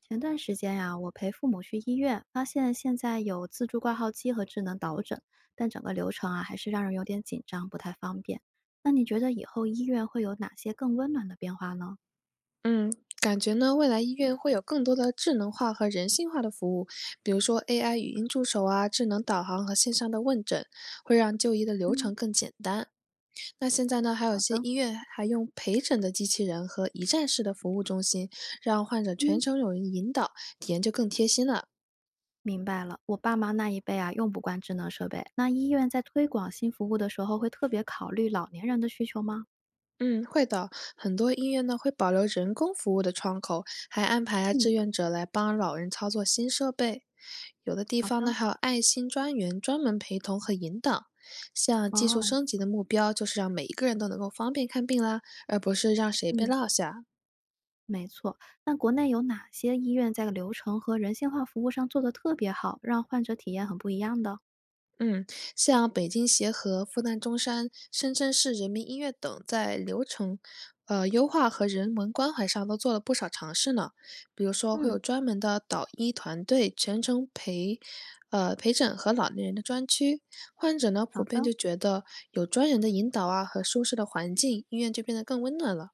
前段时间呀、我陪父母去医院，发现现在有自助挂号机和智能导诊，但整个流程啊还是让人有点紧张，不太方便。那你觉得以后医院会有哪些更温暖的变化呢？嗯，感觉呢，未来医院会有更多的智能化和人性化的服务，比如说 AI 语音助手啊、智能导航和线上的问诊，会让就医的流嗯，程更简单。那现在呢，还有好些的，医院还用陪诊的机器人和一站式的服务中心，让患者全嗯，程有人引导，体验就更贴心了。明白了。我爸妈那一辈啊用不惯智能设备，那医院在推广新服务的时候会特别考虑老年人的需求吗？嗯，会的。很多医院呢会保留人工服务的窗口，还安排啊志嗯，愿者来帮老人操作新设备。有的地好方呢的，还有爱心专员专门陪同和引导。像技术哦，升级的目标，就是让每一个人都能够方便看病啦，而不是让谁被嗯，落下。没错。那国内有哪些医院在流程和人性化服务上做得特别好，让患者体验很不一样的？嗯，像北京协和、复旦中山、深圳市人民医院等，在流程、优化和人文关怀上都做了不少尝试呢。比如说，会有嗯，专门的导医团队全程陪，陪诊和老年人的专区。患者呢，普好的，遍就觉得有专人的引导啊和舒适的环境，医院就变得更温暖了。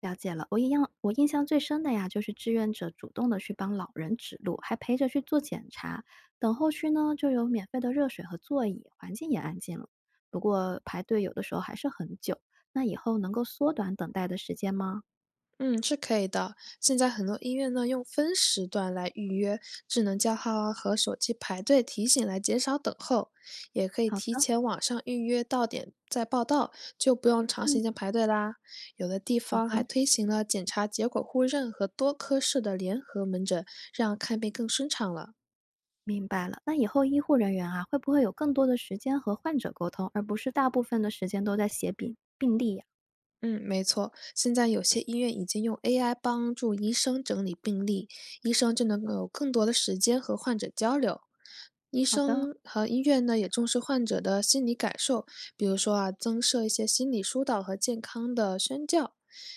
了解了。我一样，我印象最深的呀，就是志愿者主动的去帮老人指路，还陪着去做检查。等候区呢，就有免费的热水和座椅，环境也安静了。不过排队有的时候还是很久。那以后能够缩短等待的时间吗？嗯，是可以的。现在很多医院呢用分时段来预约，智能叫号啊和手机排队提醒来减少等候，也可以好提的，前网上预约到点再报到，就不用长嗯，时间排队啦。有的地好方还的，推行了检查结果互认和多科室的联合门诊，让看病更顺畅了。明白了。那以后医护人员啊，会不会有更多的时间和患者沟通，而不是大部分的时间都在写病历呀？嗯，没错，现在有些医院已经用 AI 帮助医生整理病历，医生就能够有更多的时间和患者交流。医好的，生和医院呢也重视患者的心理感受，比如说啊，增设一些心理疏导和健康的宣教。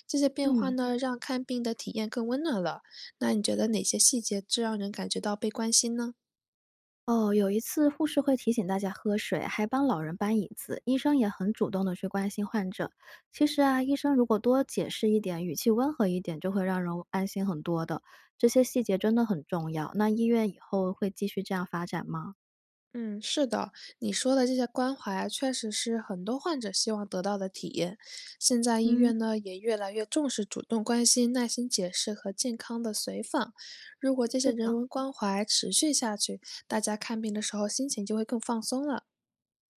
这些变化嗯。呢，让看病的体验更温暖了。那你觉得哪些细节最让人感觉到被关心呢？哦，有一次护士会提醒大家喝水，还帮老人搬椅子，医生也很主动的去关心患者。其实啊，医生如果多解释一点，语气温和一点，就会让人安心很多的。这些细节真的很重要。那医院以后会继续这样发展吗？嗯，是的，你说的这些关怀啊确实是很多患者希望得到的体验。现在医嗯，院呢也越来越重视主动关心、耐心解释和健康的随访。如果这些是人的，文关怀持续下去，大家看病的时候心情就会更放松了。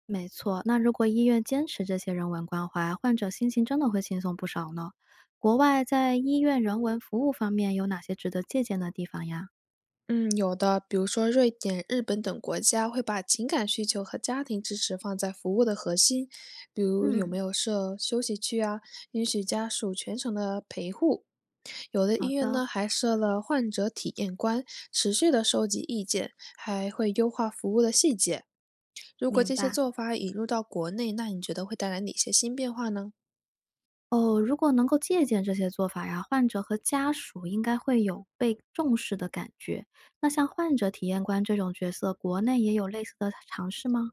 没错。那如果医院坚持这些人文关怀，患者心情真的会轻松不少呢。国外在医院人文服务方面有哪些值得借鉴的地方呀？嗯，有的，比如说瑞典、日本等国家会把情感需求和家庭支持放在服务的核心，比如有没嗯，有设休息区啊，允许家属全程的陪护。有的医好院呢的，还设了患者体验官，持续的收集意见，还会优化服务的细节。如果明这些白。做法引入到国内，那你觉得会带来哪些新变化呢？哦，如果能够借鉴这些做法呀，患者和家属应该会有被重视的感觉。那像患者体验官这种角色，国内也有类似的尝试吗？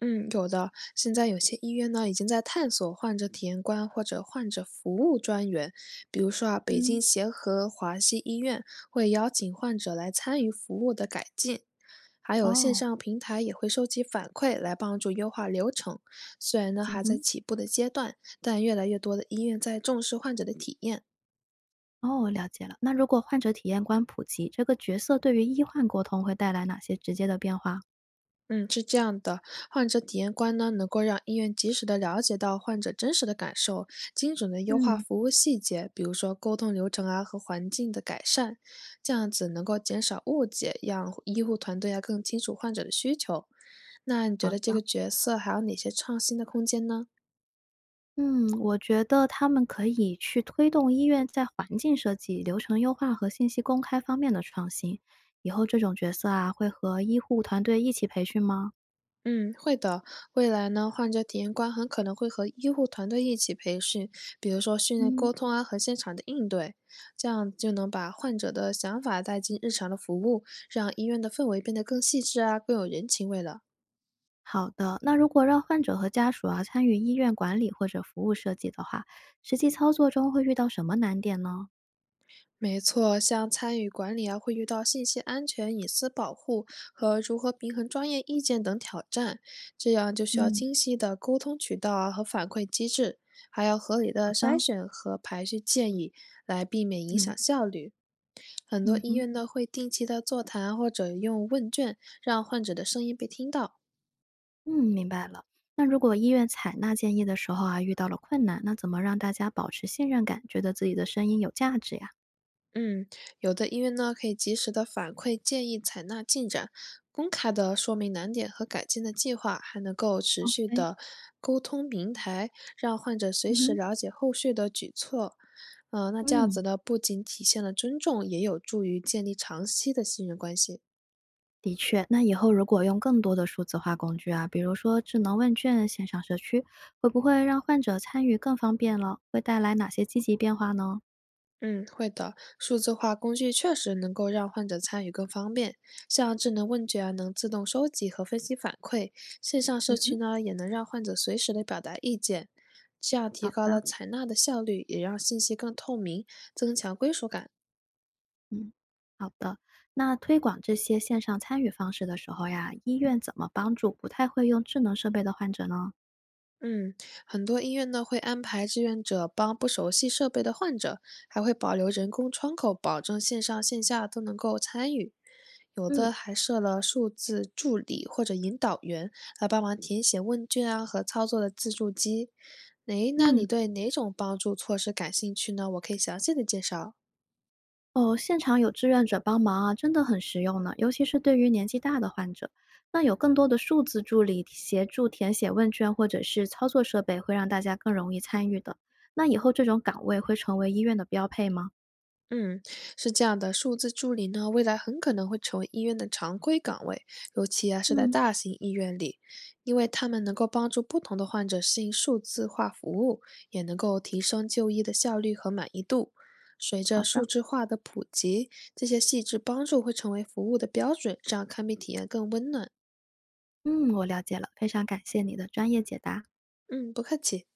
嗯，有的。现在有些医院呢，已经在探索患者体验官或者患者服务专员。比如说啊，北京嗯，协和华西医院会邀请患者来参与服务的改进，还有线哦，上平台也会收集反馈来帮助优化流程。虽然呢嗯还在哼，起步的阶段，但越来越多的医院在重视患者的体验。哦，了解了。那如果患者体验官普及，这个角色对于医患沟通会带来哪些直接的变化？嗯，是这样的，患者体验官呢，能够让医院及时的了解到患者真实的感受，精准的优化嗯，服务细节，比如说沟通流程啊和环境的改善，这样子能够减少误解，让医护团队啊更清楚患者的需求。那你觉好得这个的。角色还有哪些创新的空间呢？嗯，我觉得他们可以去推动医院在环境设计、流程优化和信息公开方面的创新。以后这种角色啊，会和医护团队一起培训吗？嗯，会的。未来呢，患者体验官很可能会和医护团队一起培训，比如说训练嗯，沟通啊和现场的应对，这样就能把患者的想法带进日常的服务，让医院的氛围变得更细致啊，更有人情味了。好的，那如果让患者和家属啊参与医院管理或者服务设计的话，实际操作中会遇到什么难点呢？没错，像参与管理啊，会遇到信息安全、隐私保护和如何平衡专业意见等挑战，这样就需要嗯，清晰的沟通渠道啊和反馈机制，还要合理的好筛的，选和排序建议，来避免影嗯响效率。很多嗯医哼，院呢会定期的座谈或者用问卷，让患者的声音被听到。嗯，明白了。那如果医院采纳建议的时候啊，遇到了困难，那怎么让大家保持信任感，觉得自己的声音有价值呀嗯，有的医院呢可以及时的反馈建议，采纳进展，公开的说明难点和改进的计划，还能够持续？OK，的沟通平台，让患者随嗯时哼。了解后续的举措。那这样子嗯，呢，不仅体现了尊重，也有助于建立长期的信任关系。的确，那以后如果用更多的数字化工具啊，比如说智能问卷、线上社区，会不会让患者参与更方便了？会带来哪些积极变化呢？嗯，会的。数字化工具确实能够让患者参与更方便，像智能问卷啊，能自动收集和分析反馈；线上社嗯区哼呢，也能让患者随时的表达意见，这样提好高了的，采纳的效率，也让信息更透明，增强归属感。嗯，好的。那推广这些线上参与方式的时候呀，医院怎么帮助不太会用智能设备的患者呢？嗯，很多医院呢会安排志愿者帮不熟悉设备的患者，还会保留人工窗口，保证线上线下都能够参与。有的嗯还设了数字助理或者引导员来帮忙填写问卷啊和操作的自助机。诶，那你嗯。对哪种帮助措施感兴趣呢？我可以详细的介绍。哦，现场有志愿者帮忙啊，真的很实用呢，尤其是对于年纪大的患者。那有更多的数字助理协助填写问卷或者是操作设备，会让大家更容易参与的。那以后这种岗位会成为医院的标配吗？嗯，是这样的，数字助理呢，未来很可能会成为医院的常规岗位，尤其啊是在嗯，大型医院里，因为他们能够帮助不同的患者适应数字化服务，也能够提升就医的效率和满意度。随好着数的，字化的普及，这些细致帮助会成为服务的标准，让看病体验更温暖。嗯，我了解了，非常感谢你的专业解答。嗯，不客气。